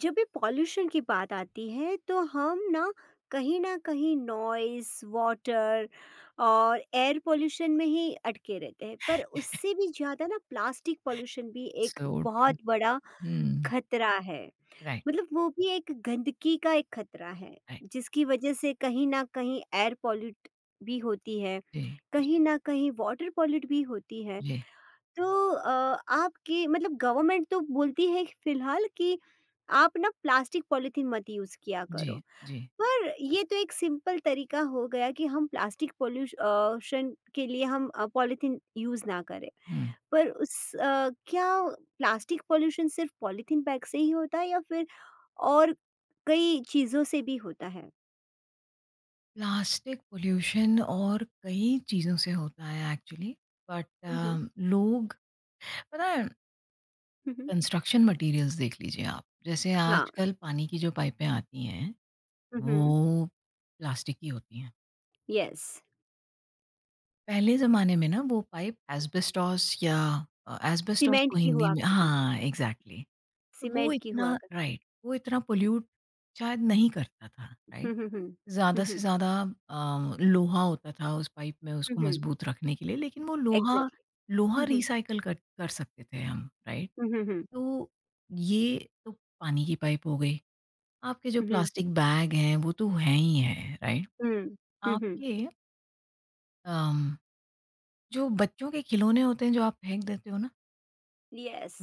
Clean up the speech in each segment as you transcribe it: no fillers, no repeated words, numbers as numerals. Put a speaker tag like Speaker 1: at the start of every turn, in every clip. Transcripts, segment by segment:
Speaker 1: जब भी पॉल्यूशन की बात आती है तो हम ना कहीं नॉइस वाटर और एयर पोल्यूशन में ही अटके रहते हैं। पर उससे भी ज़्यादा ना प्लास्टिक पोल्यूशन भी एक
Speaker 2: सूट
Speaker 1: बहुत बड़ा
Speaker 2: हुँ,
Speaker 1: खतरा है।
Speaker 2: राइट,
Speaker 1: मतलब वो भी एक गंदगी का एक खतरा है
Speaker 2: राइट।
Speaker 1: जिसकी वजह से कहीं ना कहीं एयर पॉल्यूट भी होती है,
Speaker 2: जी,
Speaker 1: कहीं ना कहीं वाटर पॉल्यूट भी होती है।
Speaker 2: जी,
Speaker 1: तो आपकी मतलब गवर्नमेंट तो बोलती है फिलहाल कि आप ना प्लास्टिक पॉलीथीन मत यूज़ किया
Speaker 2: जी,
Speaker 1: करो।
Speaker 2: जी।
Speaker 1: पर ये तो एक सिंपल तरीका हो गया कि हम प्लास्टिक पॉल्यूश अ, शन के लिए हम पॉलीथीन यूज़ ना करें।
Speaker 2: हुँ।
Speaker 1: पर क्या प्लास्टिक पॉल्यूशन सिर्फ़ पॉलीथीन बैग से ही होता है या फिर और कई चीज़ों से भी होता है?
Speaker 2: प्लास्टिक पॉल्यूशन और कई चीज़ों से होता है एक्चुअली बट
Speaker 1: हुँ, हुँ।
Speaker 2: लोग पता है
Speaker 1: हुँ, हुँ।
Speaker 2: कंस्ट्रक्शन मटीरियल्स देख लीजिए आप। जैसे
Speaker 1: हाँ।
Speaker 2: आजकल पानी की जो पाइपें आती हैं,
Speaker 1: हुँ, हुँ।
Speaker 2: वो प्लास्टिक की होती हैं।
Speaker 1: येस।
Speaker 2: पहले ज़माने में ना वो पाइप एस्बेस्टॉस या एस्बेस्टॉस
Speaker 1: सीमेंट
Speaker 2: को
Speaker 1: की
Speaker 2: हिंदी
Speaker 1: हुआ
Speaker 2: में
Speaker 1: करती।
Speaker 2: हाँ, एग्ज़ैक्टली। तो वो
Speaker 1: सीमेंट की हुआ
Speaker 2: इतना
Speaker 1: करती।
Speaker 2: राइट, वो इतना पॉल्यूट शायद नहीं करता था,
Speaker 1: हुँ,
Speaker 2: राइट?
Speaker 1: हुँ, हुँ।
Speaker 2: ज़्यादा
Speaker 1: हुँ,
Speaker 2: से
Speaker 1: हुँ।
Speaker 2: ज़्यादा लोहा होता था उस पाइप में
Speaker 1: हुँ,
Speaker 2: उसको
Speaker 1: हुँ।
Speaker 2: मज़बूत रखने के लिए, लेकिन वो लोहा
Speaker 1: Exactly.
Speaker 2: लोहा
Speaker 1: Mhm,
Speaker 2: रिसाइकल कर कर सकते थे हम, राइट?
Speaker 1: mhm,
Speaker 2: तो ये तो पानी की पाइप हो गई। आपके जो
Speaker 1: mhm,
Speaker 2: प्लास्टिक बैग हैं, वो तो हैं ही हैं, राइट?
Speaker 1: mhm, mhm.
Speaker 2: आपके अम, जो बच्चों के खिलौने होते हैं, जो आप फेंक देते हो ना,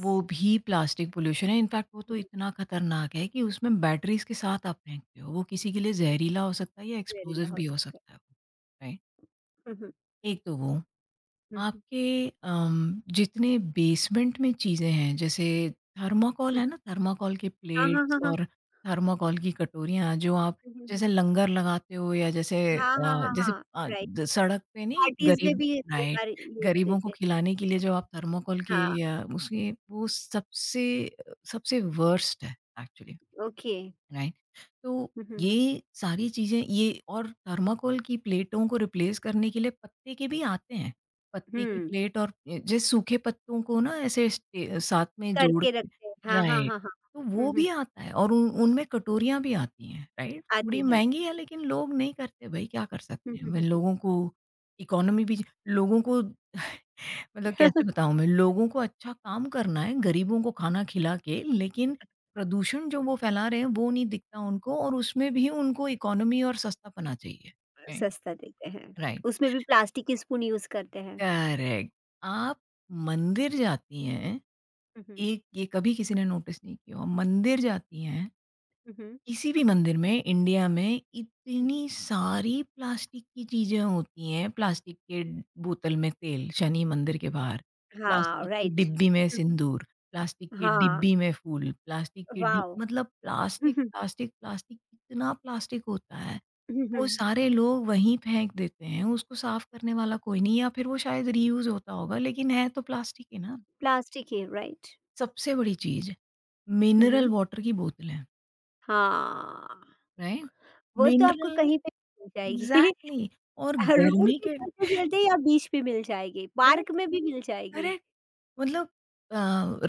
Speaker 2: वो भी प्लास्टिक पॉल्यूशन है। इनफैक्ट वो तो
Speaker 1: Mhm,
Speaker 2: इतना खतरनाक है कि उसमें बैटरीज़ के साथ आप फेंकते हो। वो किसी के लिए ज़हरीला हो सकता है या
Speaker 1: वेनिला
Speaker 2: एक्सप्लोज़िव
Speaker 1: हो
Speaker 2: भी हो
Speaker 1: सकता है।
Speaker 2: सकता है, राइट?
Speaker 1: हुँ, हुँ,
Speaker 2: एक तो वो।
Speaker 1: हुँ,
Speaker 2: आपके जितने बेसमेंट में चीज़ें हैं जैसे थर्माकोल
Speaker 1: हुँ।
Speaker 2: है ना थर्माकोल के
Speaker 1: हाँ, हाँ,
Speaker 2: प्लेट्स
Speaker 1: हाँ, हाँ।
Speaker 2: और थर्माकोल की कटोरियाँ जो आप
Speaker 1: हुँ, हुँ, हुँ।
Speaker 2: जैसे लंगर लगाते हो या जैसे
Speaker 1: हाँ, हाँ, हाँ,
Speaker 2: जैसे
Speaker 1: हाँ, राइट,
Speaker 2: सड़क पे नहीं
Speaker 1: पार्टीज़ में
Speaker 2: गरीब
Speaker 1: भी कई
Speaker 2: राइट
Speaker 1: बार यूज़
Speaker 2: गरीबों
Speaker 1: देते
Speaker 2: को
Speaker 1: हैं।
Speaker 2: खिलाने के लिए जो आप थर्माकोल के
Speaker 1: हाँ,
Speaker 2: या उसके वो सबसे सबसे वर्स्ट है एक्चुअली
Speaker 1: ओके।
Speaker 2: राइट तो
Speaker 1: हुँ, हुँ,
Speaker 2: ये सारी चीज़ें ये और थर्माकोल की प्लेटों को रिप्लेस करने के लिए पत्ते के भी आते हैं। पत्ते की
Speaker 1: हुँ,
Speaker 2: प्लेट और जैसे सूखे पत्तों को ना ऐसे स्टे साथ में जोड़
Speaker 1: करके
Speaker 2: के
Speaker 1: रखते हैं। हाँ, हाँ,
Speaker 2: राइट,
Speaker 1: हाँ, हाँ।
Speaker 2: तो
Speaker 1: हुँ,
Speaker 2: वो
Speaker 1: हुँ,
Speaker 2: भी आता है और उन उनमें कटोरियाँ भी आती हैं, राइट?
Speaker 1: आती
Speaker 2: थोड़ी
Speaker 1: है।
Speaker 2: महँगी है लेकिन लोग नहीं करते भाई क्या कर
Speaker 1: हुँ,
Speaker 2: सकते हैं?
Speaker 1: हुँ,
Speaker 2: मैं
Speaker 1: हुँ, हुँ।
Speaker 2: लोगों को इकोनॉमी भी लोगों को मतलब कैसे बताऊँ मैं? लोगों को अच्छा काम करना है, गरीबों को खाना खिला के, लेकिन प्रदूषण जो वो फैला रहे हैं, वो नहीं दिखता उनको और उसमें भी उनको इकोनॉमी और सस्तापना चाहिए। हुँ।
Speaker 1: सस्ता देते हैं।
Speaker 2: राइट,
Speaker 1: उसमें भी प्लास्टिक की स्पून यूज़ करते हैं।
Speaker 2: करेक्ट। आप मंदिर जाती हैं,
Speaker 1: हुँ, हुँ,
Speaker 2: एक ये कभी किसी ने नोटिस नहीं किया हो, मंदिर जाती हैं
Speaker 1: हुँ, हुँ,
Speaker 2: किसी भी मंदिर में इंडिया में
Speaker 1: हुँ।
Speaker 2: इतनी सारी प्लास्टिक की चीज़ें होती हैं, प्लास्टिक के बोतल में तेल, शनि मंदिर के बाहर,
Speaker 1: हाँ,
Speaker 2: प्लास्टिक की
Speaker 1: राइट।
Speaker 2: डिब्बी में
Speaker 1: हुँ,
Speaker 2: सिंदूर, प्लास्टिक की
Speaker 1: हाँ,
Speaker 2: डिब्बी में फूल, प्लास्टिक की डि
Speaker 1: वॉव!
Speaker 2: मतलब प्लास्टिक, प्लास्टिक, प्लास्टिक इतना प्लास्टिक होता है,
Speaker 1: हुँ,
Speaker 2: वो
Speaker 1: हुँ।
Speaker 2: सारे लोग वहीं फेंक देते हैं, उसको साफ करने वाला कोई नहीं या फिर वो शायद रीयूज़ होता होगा लेकिन है तो प्लास्टिक ही ना।
Speaker 1: प्लास्टिक की राइट।
Speaker 2: सबसे बड़ी चीज़
Speaker 1: हुँ,
Speaker 2: मिनरल
Speaker 1: हुँ।
Speaker 2: वाटर की बोतलें,
Speaker 1: हाँ,
Speaker 2: राइट?
Speaker 1: वो तो आपको
Speaker 2: मिनरल
Speaker 1: कहीं पे भी मिल जाएगी।
Speaker 2: Exactly exactly. और
Speaker 1: रोड
Speaker 2: गर्मी
Speaker 1: पे
Speaker 2: के
Speaker 1: चलते-चलते या बीच पे मिल जाएगी, पार्क
Speaker 2: राइट
Speaker 1: में भी मिल जाएगी।
Speaker 2: करेक्ट मतलब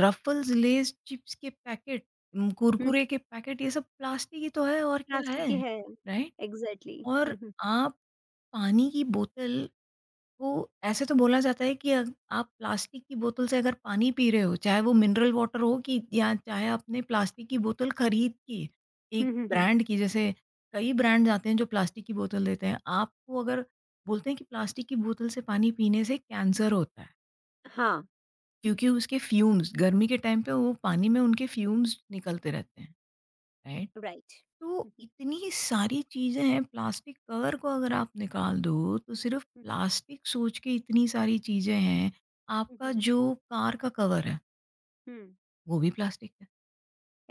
Speaker 2: रफल्स लेज चिप्स के पैकेट
Speaker 1: हुँ,
Speaker 2: कुरकुरे के पैकेट ये सब प्लास्टिक ही तो है और क्या
Speaker 1: प्लास्टिक
Speaker 2: है
Speaker 1: की है।
Speaker 2: Right
Speaker 1: exactly.
Speaker 2: और
Speaker 1: हुँ, हुँ।
Speaker 2: आप पानी की बोतल तो ऐसे तो बोला जाता है कि अग आप प्लास्टिक की बोतल से अगर पानी पी रहे हो, चाहे वो मिनरल वाटर हो कि या चाहे आपने प्लास्टिक की बोतल खरीद की,
Speaker 1: हुँ,
Speaker 2: एक
Speaker 1: हुँ, हुँ।
Speaker 2: ब्रांड की जैसे कई ब्रांड्स आते हैं जो प्लास्टिक की बोतल देते हैं। आपको अगर बोलते हैं कि प्लास्टिक की बोतल से पानी पीने से कैंसर होता है,
Speaker 1: हाँ,
Speaker 2: क्योंकि उसके फ्यूम्स गर्मी के टाइम पे वो पानी में उनके फ्यूम्स निकलते रहते हैं, राइट?
Speaker 1: राइट।
Speaker 2: तो
Speaker 1: हुँ, हुँ,
Speaker 2: इतनी सारी चीज़ें हैं प्लास्टिक कवर को अगर आप निकाल दो तो सिर्फ
Speaker 1: हुँ,
Speaker 2: प्लास्टिक सोच के इतनी सारी चीज़ें हैं।
Speaker 1: हुँ,
Speaker 2: आपका
Speaker 1: हुँ,
Speaker 2: जो कार का कवर है,
Speaker 1: हुँ।
Speaker 2: वो भी प्लास्टिक है।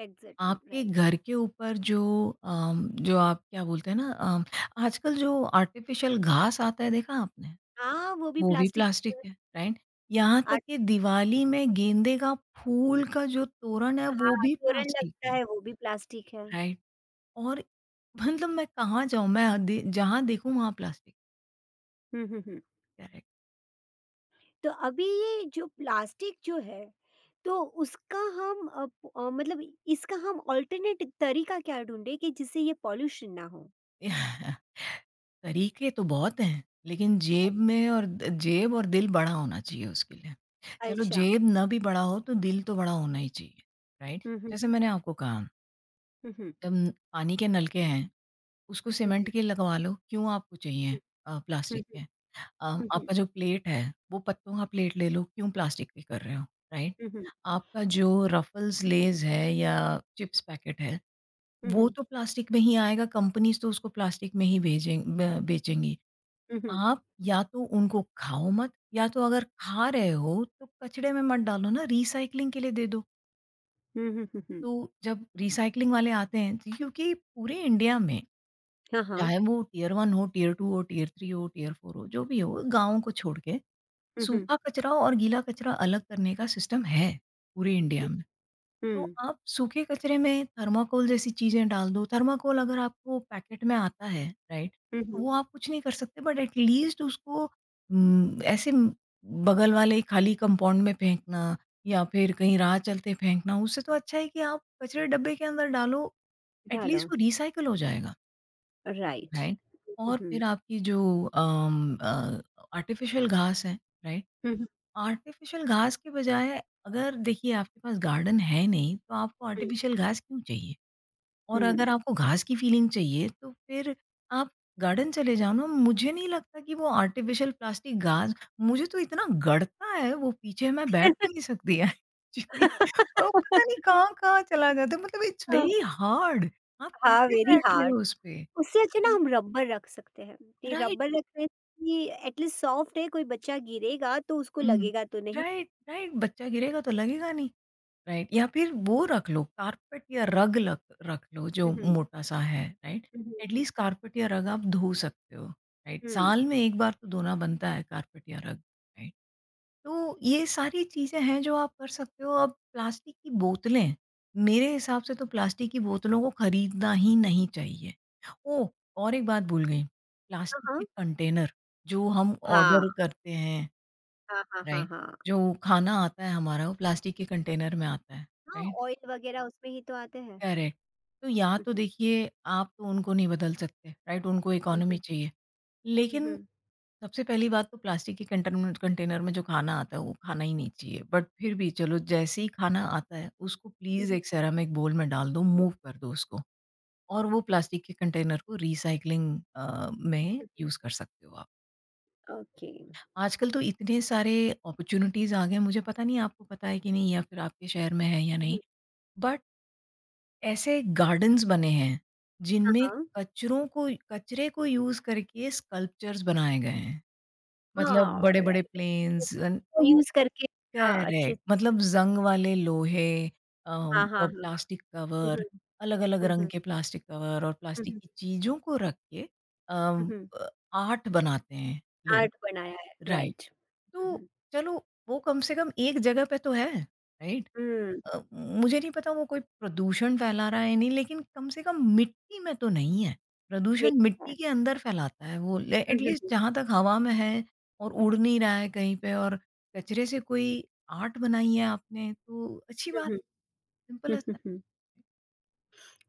Speaker 1: एग्ज़ैक्टली
Speaker 2: आपके
Speaker 1: राइट।
Speaker 2: घर के ऊपर जो जो आप क्या बोलते हैं ना आजकल जो आर्टिफ़िशियल घास आता है देखा आपने?
Speaker 1: हाँ, वो भी
Speaker 2: वो भी
Speaker 1: प्लास्टिक ही तो
Speaker 2: प्लास्टिक
Speaker 1: है।
Speaker 2: है, राइट? यहाँ तक
Speaker 1: आट,
Speaker 2: कि दिवाली में गेंदे का फूल का जो तोरण है वो
Speaker 1: हाँ,
Speaker 2: भी
Speaker 1: तोरण
Speaker 2: प्लास्टिक
Speaker 1: लगता
Speaker 2: है,
Speaker 1: है वो भी प्लास्टिक है।
Speaker 2: राइट? और मतलब मैं कहाँ जाऊँ मैं हाँ दे जहाँ देखूँ वहाँ प्लास्टिक
Speaker 1: हुँ, हुँ, हुँ।
Speaker 2: करेक्ट
Speaker 1: तो अभी ये जो प्लास्टिक जो है, तो उसका हम इसका हम ऑल्टरनेट तरीका क्या ढूंढे कि जिससे ये पॉल्यूशन ना हो।
Speaker 2: तरीके तो बहुत हैं लेकिन जेब में और जेब और दिल बड़ा होना चाहिए उसके लिए चलो
Speaker 1: अच्छा।
Speaker 2: जेब ना भी बड़ा हो तो दिल तो बड़ा होना ही चाहिए राइट
Speaker 1: हम्म,
Speaker 2: जैसे
Speaker 1: हम्म।
Speaker 2: मैंने आपको कहा
Speaker 1: हम्म।
Speaker 2: जब न- पानी के नलके हैं उसको सीमेंट
Speaker 1: हम्म।
Speaker 2: के लगवा लो क्यों आपको चाहिए प्लास्टिक
Speaker 1: हम्म।
Speaker 2: के
Speaker 1: हम्म। हम्म।
Speaker 2: आपका जो प्लेट है वो पत्तों का प्लेट ले लो क्यों प्लास्टिक के कर रहे हो राइट
Speaker 1: हम्म।
Speaker 2: आपका जो रफल्स लेज है या चिप्स पैकेट है वो
Speaker 1: हम्म।
Speaker 2: तो प्लास्टिक में ही आएगा, कंपनीज़ तो उसको प्लास्टिक में ही भेजें ब बेचेंगी।
Speaker 1: हम्म।
Speaker 2: आप या तो उनको खाओ मत या तो अगर खा रहे हो तो कचड़े में मत डालो ना, रिसाइक्लिंग के लिए दे दो।
Speaker 1: हम्म। हम्म।
Speaker 2: तो जब रिसाइक्लिंग वाले आते हैं तो- क्योंकि पूरे इंडिया में
Speaker 1: हाँ, हाँ।
Speaker 2: चाहे वो टियर 1 हो, टियर 2 हो, टियर 3 हो, टियर 4 हो, जो भी हो गाँव को छोड़ के
Speaker 1: हम्म।
Speaker 2: सूखा कचरा और गीला कचरा अलग करने का सिस्टम है, पूरे इंडिया में। तो
Speaker 1: हम्म।
Speaker 2: आप सूखे कचरे में थर्माकोल जैसी चीज़ें डाल दो। थर्माकोल अगर आपको पैकेट में आता है, राइट? तो
Speaker 1: हम्म,
Speaker 2: वो आप कुछ नहीं कर सकते बट एट लीस्ट उसको उम, ऐसे म- बगल वाले खाली कंपाउंड में फेंकना या फिर कहीं राह चलते फेंकना, उससे तो अच्छा है कि आप कचरे डब्बे के अंदर डालो, एट
Speaker 1: डालो,
Speaker 2: लीस्ट वो रिसाइकल हो जाएगा,
Speaker 1: राइट।
Speaker 2: राइट? और
Speaker 1: हम्म।
Speaker 2: फिर आपकी जो आर्टिफ़िशियल घास है, राइट?
Speaker 1: हम्म।
Speaker 2: आर्टिफिशियल घास के बजाय अगर देखिए आपके पास गार्डन है नहीं तो आपको आर्टिफिशियल घास क्यों चाहिए? और अगर
Speaker 1: हम्म।
Speaker 2: आपको घास की फीलिंग चाहिए तो फिर आप गार्डन चले जाओ ना। मुझे नहीं लगता कि वो आर्टिफिशियल प्लास्टिक घास मुझे तो इतना गड़ता है वो पीछे मैं बैठ ही नहीं सकती एक्चुअली और वो पता नहीं कहाँ-कहाँ चला जाता है मतलब इट्स वेरी हार्ड आप
Speaker 1: हाँ,
Speaker 2: कैसे
Speaker 1: वेरी
Speaker 2: बैठ रहे
Speaker 1: हार्ड।
Speaker 2: हो उसपे?
Speaker 1: उससे अच्छा ना हम रबर रख सकते हैं। ये
Speaker 2: राइट
Speaker 1: रबर रखने से एटलीस्ट सॉफ्ट है, कोई बच्चा गिरेगा तो उसको
Speaker 2: हुँ,
Speaker 1: लगेगा तो नहीं।
Speaker 2: राइट, राइट बच्चा गिरेगा तो लगेगा नहीं। राइट या फिर वो रख लो कारपेट या रख लो जो
Speaker 1: हम्म।
Speaker 2: मोटा सा है राइट
Speaker 1: हम्म।
Speaker 2: एटलीस्ट कारपेट या रग आप धो सकते हो राइट
Speaker 1: हम्म, हम्म,
Speaker 2: साल में एक बार तो धोना बनता है कारपेट या रग राइट तो ये सारी चीजें हैं जो आप कर सकते हो अब प्लास्टिक की बोतलें मेरे हिसाब से तो प्लास्टिक की बोतलों को खरीदना ही नहीं चाहिए ओ और एक बात भूल गई
Speaker 1: हाँ,
Speaker 2: प्लास्टिक
Speaker 1: हाँ,
Speaker 2: के कंटेनर जो हम
Speaker 1: हाँ,
Speaker 2: ऑर्डर करते हैं
Speaker 1: हाँ। हाँ। हाँ,
Speaker 2: राइट
Speaker 1: हाँ,
Speaker 2: जो खाना आता है हमारा वो प्लास्टिक के कंटेनर में आता है
Speaker 1: हाँ, ऑयल वगैरह उसमें ही तो आते हैं।
Speaker 2: करेक्ट। तो या तो
Speaker 1: हम्म,
Speaker 2: देखिए आप तो उनको नहीं बदल सकते, राइट? उनको
Speaker 1: हम्म,
Speaker 2: इकोनॉमी चाहिए। लेकिन
Speaker 1: हम्म।
Speaker 2: सबसे पहली बात तो प्लास्टिक के कंटरमेंट कंटेनर में जो खाना आता है, वो खाना ही नहीं चाहिए। बट फिर भी चलो जैसे ही खाना आता है, उसको प्लीज़
Speaker 1: हम्म,
Speaker 2: एक सेरामिक बोल में डाल दो, मूव कर दो उसको और वो प्लास्टिक के कंटेनर को रीसाइक्लिंग में यूज़ कर सकते हो आप।
Speaker 1: ओके।
Speaker 2: आजकल तो इतने सारे अपॉर्च्युनिटीज़ आ गए हैं, मुझे पता नहीं आपको पता है कि नहीं या फिर आपके शहर में है या
Speaker 1: हम्म,
Speaker 2: नहीं? बट ऐसे गार्डन्स बने हैं,
Speaker 1: हाँ,
Speaker 2: जिनमें
Speaker 1: हाँ,
Speaker 2: कचरों को कचरे को यूज़ करके स्कल्पचर्स बनाए गए हैं। मतलब
Speaker 1: हाँ,
Speaker 2: बड़े-बड़े
Speaker 1: राइट।
Speaker 2: प्लेन्स अन
Speaker 1: तो
Speaker 2: तो
Speaker 1: यूज करके आ, अच्छे से,
Speaker 2: करेक्ट मतलब ज़ंग वाले लोहे अ,
Speaker 1: हाँ, हाँ,
Speaker 2: व
Speaker 1: हाँ। हम्म।
Speaker 2: प्लास्टिक कवर, अलग-अलग
Speaker 1: हम्म,
Speaker 2: रंग
Speaker 1: हम्म।
Speaker 2: के प्लास्टिक कवर और प्लास्टिक
Speaker 1: हम्म।
Speaker 2: की चीज़ों को रख के अम,
Speaker 1: हम्म।
Speaker 2: अ, आर्ट बनाते हैं लोग,
Speaker 1: आर्ट बनाया है,
Speaker 2: राइट।
Speaker 1: राइट।
Speaker 2: तो
Speaker 1: हम्म,
Speaker 2: चलो वो कम से कम एक जगह पे तो है, राइट?
Speaker 1: हम्म,
Speaker 2: मुझे नहीं पता वो कोई प्रदूषण फैला रहा है नहीं लेकिन कम से कम मिट्टी में तो नहीं है। प्रदूषण
Speaker 1: देखा है।
Speaker 2: मिट्टी के अंदर फैलाता है वो ले
Speaker 1: हम्म,
Speaker 2: एट
Speaker 1: हम्म,
Speaker 2: लीस्ट जहाँ तक हवा में है और उड़ नहीं रहा है कहीं पे और कचरे से कोई आर्ट बनाई है आपने तो अच्छी बात
Speaker 1: हम्म।
Speaker 2: सिंपल
Speaker 1: हुँ,
Speaker 2: एज़
Speaker 1: हुँ,
Speaker 2: दैट।
Speaker 1: हुँ।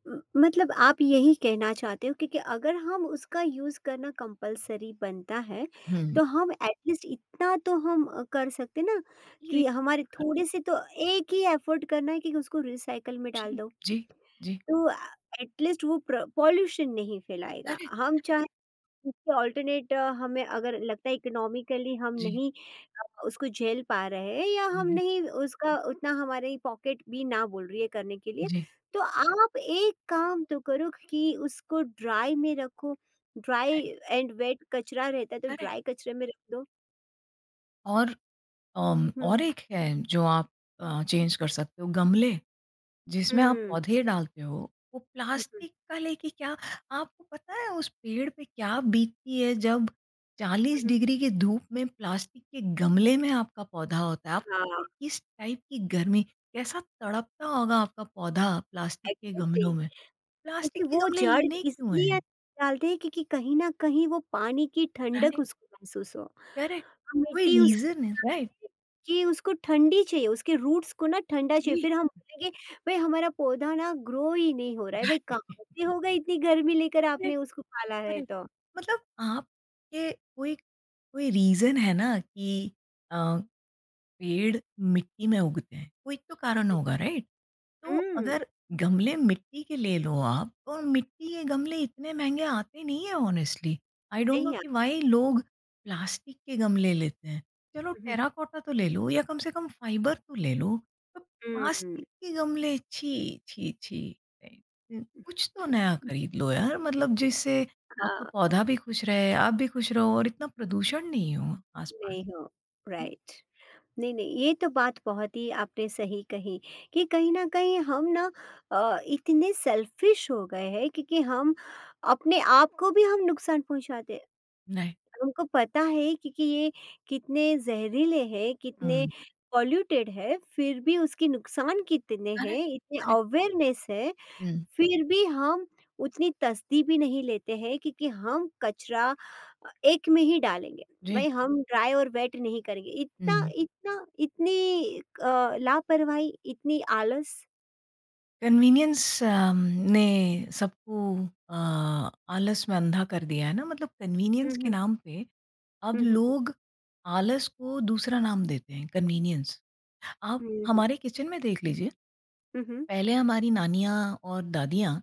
Speaker 1: म मतलब आप यही कहना चाहते हो क्योंकि अगर हम उसका यूज़ करना कंपल्सरी बनता है,
Speaker 2: हुँ।
Speaker 1: तो हम एट लीस्ट इतना तो कर सकते हैं ना
Speaker 2: ये भी
Speaker 1: कि हमारे
Speaker 2: कर
Speaker 1: थोड़े से तो एक ही एफ़र्ट करना है कि उसको रिसाइकल में डाल
Speaker 2: जी,
Speaker 1: दो।
Speaker 2: जी, जी।
Speaker 1: तो एट लीस्ट वो प्र पॉल्यूशन नहीं फैलाएगा।
Speaker 2: करेक्ट,
Speaker 1: हम
Speaker 2: करेक्ट।
Speaker 1: चाहे इसके ऑल्टरनेट, हमें अगर लगता है इकोनॉमिकली हम
Speaker 2: जी,
Speaker 1: नहीं अ, उसको झेल पा रहे हैं या हम
Speaker 2: हुँ,
Speaker 1: नहीं उसका उतना, हमारी पॉकेट भी ना बोल रही है करने के लिए,
Speaker 2: जी।
Speaker 1: तो आप एक काम तो करो कि उसको ड्राई में रखो। ड्राई
Speaker 2: करेक्ट,
Speaker 1: एंड वेट कचरा रहता है तो
Speaker 2: करेक्ट।
Speaker 1: ड्राई कचरे में रख दो।
Speaker 2: और
Speaker 1: हम्म,
Speaker 2: और एक है जो आप चेंज कर सकते हो गमले। जिसमें आप
Speaker 1: हम्म,
Speaker 2: पौधे डालते हो, वो
Speaker 1: हम्म,
Speaker 2: प्लास्टिक का लेके क्या आपको पता है उस पेड़ पे क्या बीतती है जब 40
Speaker 1: हम्म, हम्म।
Speaker 2: डिग्री की धूप में प्लास्टिक के गमले में आपका पौधा होता है। आपको पता
Speaker 1: हाँ,
Speaker 2: है किस टाइप की गर्मी कैसा तड़पता होगा आपका पौधा प्लास्टिक के
Speaker 1: एग्जैक्टली।
Speaker 2: गमलों में?
Speaker 1: क्योंकि
Speaker 2: प्लास्टिक के
Speaker 1: वो
Speaker 2: गमले
Speaker 1: जड़
Speaker 2: लेने क्यों
Speaker 1: इसलिए
Speaker 2: हैं?
Speaker 1: डालते हैं क्योंकि कहीं न कहीं वो पानी की ठंडक
Speaker 2: राइट,
Speaker 1: उसको महसूस हो।
Speaker 2: करेक्ट
Speaker 1: हम
Speaker 2: कोई
Speaker 1: मिट्टी उसकी,
Speaker 2: रीज़न है राइट,
Speaker 1: कि उसको ठंडी चाहिए, उसके रूट्स को ना ठंडा चाहिए।
Speaker 2: जी,
Speaker 1: फिर हम बोलेंगे भई हमारा पौधा ना ग्रो ही नहीं हो रहा है, भई
Speaker 2: राइट
Speaker 1: कहाँ से होगा, इतनी गर्मी लेकर आपने
Speaker 2: करेक्ट,
Speaker 1: उसको पाला है
Speaker 2: करेक्ट
Speaker 1: तो?
Speaker 2: मतलब आपके कोई कोई रीज़न है ना कि अ पेड़ मिट्टी में उगते हैं कोई तो कारण होगा राइट तो
Speaker 1: हुँ,
Speaker 2: अगर गमले मिट्टी के ले लो आप और मिट्टी के गमले इतने महंगे आते नहीं है ऑनेस्टली आई डोंट नो
Speaker 1: नहीं आ,
Speaker 2: कि वाई लोग प्लास्टिक के गमले लेते हैं चलो
Speaker 1: हुँ,
Speaker 2: टेराकोटा तो ले लो या कम से कम फाइबर तो ले लो तो
Speaker 1: हुँ, हुँ।
Speaker 2: प्लास्टिक के गमले छी छी छी right? कुछ तो नया खरीद लो यार मतलब जिससे आपका
Speaker 1: हाँ,
Speaker 2: पौधा भी खुश रहे आप भी खुश रहो और इतना प्रदूषण नहीं हो
Speaker 1: नहीं
Speaker 2: आसपास
Speaker 1: हो। राइट। नहीं, नहीं, ये तो बात बहुत ही आपने सही कही कि कहीं न कहीं हम ना इतने सेल्फ़िश हो गए हैं क्योंकि हम अपने आप को भी हम नुकसान पहुँचाते हैं। हमको पता है क्योंकि ये कितने ज़हरीले हैं, कितने
Speaker 2: नहीं
Speaker 1: पॉल्यूटेड है, फिर भी उसके नुकसान कितने
Speaker 2: करेक्ट,
Speaker 1: हैं, इतने
Speaker 2: करेक्ट।
Speaker 1: अवेयरनेस है।
Speaker 2: हुँ,
Speaker 1: फिर भी हम उतनी तसदी भी नहीं लेते हैं क्योंकि हम कचरा एक में ही डालेंगे।
Speaker 2: जी।
Speaker 1: भाई हम ड्राई और वेट नहीं करेंगे। इतना
Speaker 2: हुँ,
Speaker 1: इतना इतनी अ, लापरवाही, इतनी आलस।
Speaker 2: कन्वीनियंस ने सबको अ, आलस में अंधा कर दिया है ना, मतलब
Speaker 1: हुँ,
Speaker 2: कन्वीनियंस
Speaker 1: हुँ।
Speaker 2: के नाम पे अब
Speaker 1: हुँ, हुँ, हुँ।
Speaker 2: लोग आलस को दूसरा नाम देते हैं, कन्वीनियंस। आप
Speaker 1: हुँ, हुँ।
Speaker 2: हमारे किचन में देख लीजिए,
Speaker 1: हुँ, हुँ।
Speaker 2: पहले हमारी नानियाँ और दादियाँ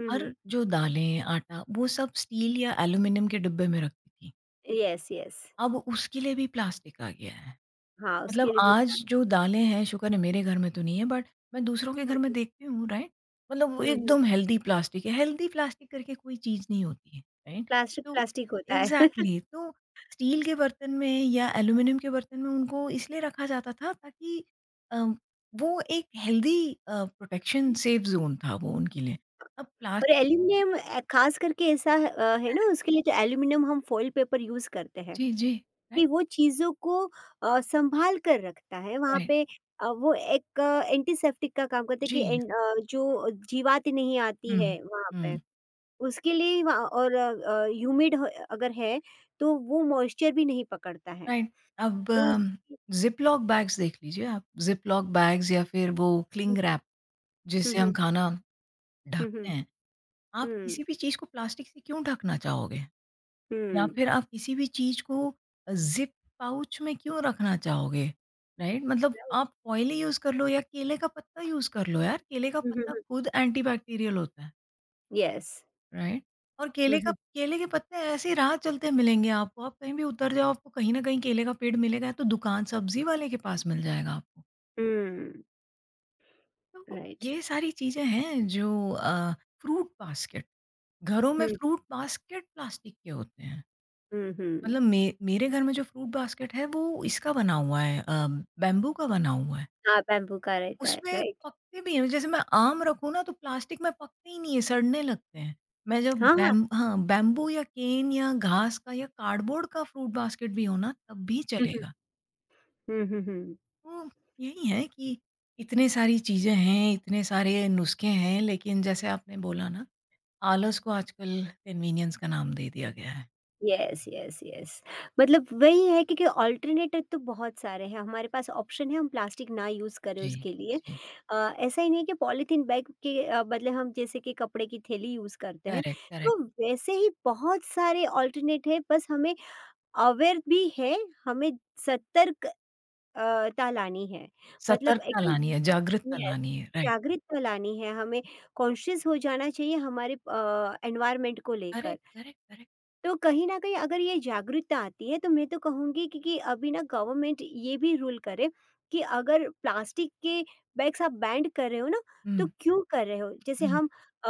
Speaker 1: हुँ,
Speaker 2: हर
Speaker 1: हुँ।
Speaker 2: जो दालें, आटा, वो सब स्टील या एल्यूमीनियम के डिब्बे में रखती थीं।
Speaker 1: Yes, yes.
Speaker 2: अब उसके लिए भी प्लास्टिक आ गया है।
Speaker 1: हाँ, उसके
Speaker 2: मतलब
Speaker 1: लिए भी,
Speaker 2: आज जो दालें हैं शुक्र है मेरे घर में तो नहीं है बट मैं दूसरों के घर में
Speaker 1: हुँ,
Speaker 2: देखती हूँ राइट मतलब वो
Speaker 1: हुँ, हुँ।
Speaker 2: एकदम हेल्दी प्लास्टिक है हेल्दी प्लास्टिक करके कोई चीज़ नहीं होती है राइट
Speaker 1: प्लास्टिक
Speaker 2: तो
Speaker 1: प्लास्टिक होता है।
Speaker 2: एग्जैक्टली exactly, तो स्टील के बर्तन में या एल्यूमिनियम के बर्तन में उनको इसलिए रखा जाता था ताकि अम, वो एक हेल्दी प्रोटेक्शन सेफ जोन था वो उनके लिए अब
Speaker 1: और
Speaker 2: प्लास्टिक
Speaker 1: एल्युमिनियम खास करके ऐसा है ना, उसके लिए जो एल्युमिनियम हम फॉइल पेपर यूज़ करते हैं।
Speaker 2: जी जी राइट
Speaker 1: कि वो चीज़ों को सँभाल कर रखता है। वहाँ
Speaker 2: राइट
Speaker 1: पे वो एक एंटीसेप्टिक का काम करता है कि
Speaker 2: जी
Speaker 1: जो जीवातें नहीं आती है
Speaker 2: हम्म
Speaker 1: वहाँ पे,
Speaker 2: हम्म
Speaker 1: उसके लिए वहाँ और ह्यूमिड ह अगर है तो वो मॉइस्चर भी नहीं पकड़ता है।
Speaker 2: राइट। अब
Speaker 1: तो उसकी,
Speaker 2: ज़िप-लॉक बैग्स देख लीजिए आप, ज़िप-लॉक बैग्स या फिर वो
Speaker 1: हुँ,
Speaker 2: क्लिंग
Speaker 1: हुँ।
Speaker 2: रैप
Speaker 1: हुँ,
Speaker 2: जिससे हम
Speaker 1: हुँ।
Speaker 2: खाना
Speaker 1: हुँ,
Speaker 2: ढकते
Speaker 1: हुँ।
Speaker 2: हैं। आप
Speaker 1: हुँ,
Speaker 2: किसी भी चीज़ को प्लास्टिक से क्यों ढकना चाहोगे? या
Speaker 1: हुँ।
Speaker 2: फिर आप किसी भी चीज़ को ज़िप पाउच में क्यों रखना चाहोगे? राइट? मतलब
Speaker 1: राइट।
Speaker 2: आप ऑयल ही यूज़ कर लो या केले का पत्ता यूज़ कर लो यार, केले का
Speaker 1: हुँ, हुँ,
Speaker 2: पत्ता
Speaker 1: हुँ।
Speaker 2: खुद एंटीबैक्टीरियल होता है।
Speaker 1: येस।
Speaker 2: राइट और
Speaker 1: हुँ, हुँ।
Speaker 2: केले के पत्ते ऐसे ही राह चलते मिलेंगे आपको आप कहीं भी उतर जाओ आपको कहीं ना कहीं केले का पेड़ मिलेगा तो दुकान सब्जी वाले के पास मिल जाएगा आपको
Speaker 1: हुँ,
Speaker 2: तो
Speaker 1: राइट।
Speaker 2: ये सारी चीजें हैं जो फ्रूट बास्केट घरों में
Speaker 1: हुँ,
Speaker 2: फ्रूट बास्केट प्लास्टिक के होते हैं
Speaker 1: हुँ, हुँ।
Speaker 2: मतलब मेरे घर में जो फ्रूट बास्केट है वो इसका बना हुआ है बैम्बू का बना हुआ है
Speaker 1: हाँ, बैम्बू का रहता है,
Speaker 2: उसमें
Speaker 1: राइट।
Speaker 2: पकते भी हैं, जैसे मैं आम रखूँ ना तो प्लास्टिक में पकते ही नहीं है, सड़ने लगते हैं। मैं जब
Speaker 1: हाँ, हाँ।
Speaker 2: बैम हाँ, बैम्बू या केन या घास का या कार्डबोर्ड का फ्रूट बास्केट भी हो ना तब भी
Speaker 1: हुँ, हुँ।
Speaker 2: चलेगा।
Speaker 1: हुँ, हुँ, हुँ।
Speaker 2: तो यही है कि इतने सारी चीज़ें हैं, इतने सारे नुस्खे हैं लेकिन जैसे आपने बोला ना, आलस को आजकल कन्वीनियंस का नाम दे दिया गया है।
Speaker 1: Yes, yes, yes. मतलब वही है क्योंकि अल्टरनेटिव तो बहुत सारे हैं, हमारे पास ऑप्शन है हम प्लास्टिक ना यूज़ करें
Speaker 2: जी,
Speaker 1: उसके लिए।
Speaker 2: जी।
Speaker 1: ऐसा ही नहीं है कि पॉलीथीन बैग के बदले हम जैसे कि कपड़े की थैली यूज़ करते हैं,
Speaker 2: करेक्ट, करेक्ट।
Speaker 1: तो वैसे ही बहुत सारे अल्टरनेट है, बस हमें अवेयर भी है, हमें सतर्क ता लानी है। मतलब
Speaker 2: सतर्कता
Speaker 1: एकदम
Speaker 2: लानी है, जागरूकता
Speaker 1: यस,
Speaker 2: लानी है। राइट।
Speaker 1: जागरूकता लानी है, हमें कॉन्शियस हो जाना चाहिए हमारे एनवायरनमेंट को लेकर।
Speaker 2: Correct, correct, correct.
Speaker 1: तो कहीं न कहीं अगर ये जागरूकता आती है तो मैं तो कहूँगी कि अभी ना गवर्नमेंट ये भी रूल करे कि अगर प्लास्टिक के बैग्स आप बैन कर रहे हो ना,
Speaker 2: हुँ,
Speaker 1: तो क्यों कर रहे हो? जैसे
Speaker 2: हुँ।
Speaker 1: हम अ,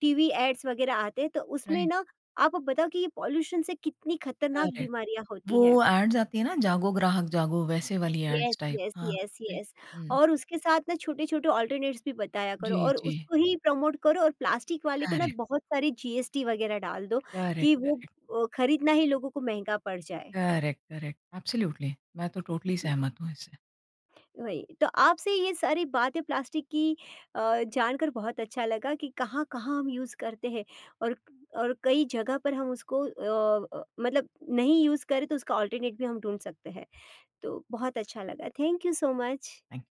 Speaker 1: टीवी एड्स वगैरह आते हैं तो उसमें
Speaker 2: राइट,
Speaker 1: ना आप बताओ कि ये पॉल्यूशन से कितनी खतरनाक
Speaker 2: करेक्ट।
Speaker 1: बीमारियाँ
Speaker 2: वो
Speaker 1: होती हैं।
Speaker 2: एड्स आती है ना जागो ग्राहक जागो वैसे वाली
Speaker 1: यस,
Speaker 2: एड्स टाइप।
Speaker 1: यस,
Speaker 2: हाँ।
Speaker 1: Yes, yes.
Speaker 2: हुँ।
Speaker 1: और उसके साथ ना छोटे-छोटे अल्टरनेट्स भी बताया करो
Speaker 2: जी,
Speaker 1: और
Speaker 2: जी।
Speaker 1: उसको ही प्रमोट करो और प्लास्टिक वाले को ना
Speaker 2: करेक्ट,
Speaker 1: बहुत सारी जीएसटी वगैरह डाल दो
Speaker 2: करेक्ट,
Speaker 1: कि वो
Speaker 2: करेक्ट,
Speaker 1: खरीदना ही लोगों को महँगा पड़ जाए।
Speaker 2: Correct, correct. एब्सोल्युटली मैं तो टोटली सहमत हूँ इससे।
Speaker 1: वही, तो आपसे ये सारी बातें प्लास्टिक की जानकर बहुत अच्छा लगा कि कहाँ-कहाँ हम यूज़ करते हैं, और और कई जगह पर हम उसको मतलब नहीं यूज़ करें तो उसका अल्टरनेट भी हम ढूँढ सकते हैं। तो बहुत अच्छा लगा, thank you so much.
Speaker 2: Thank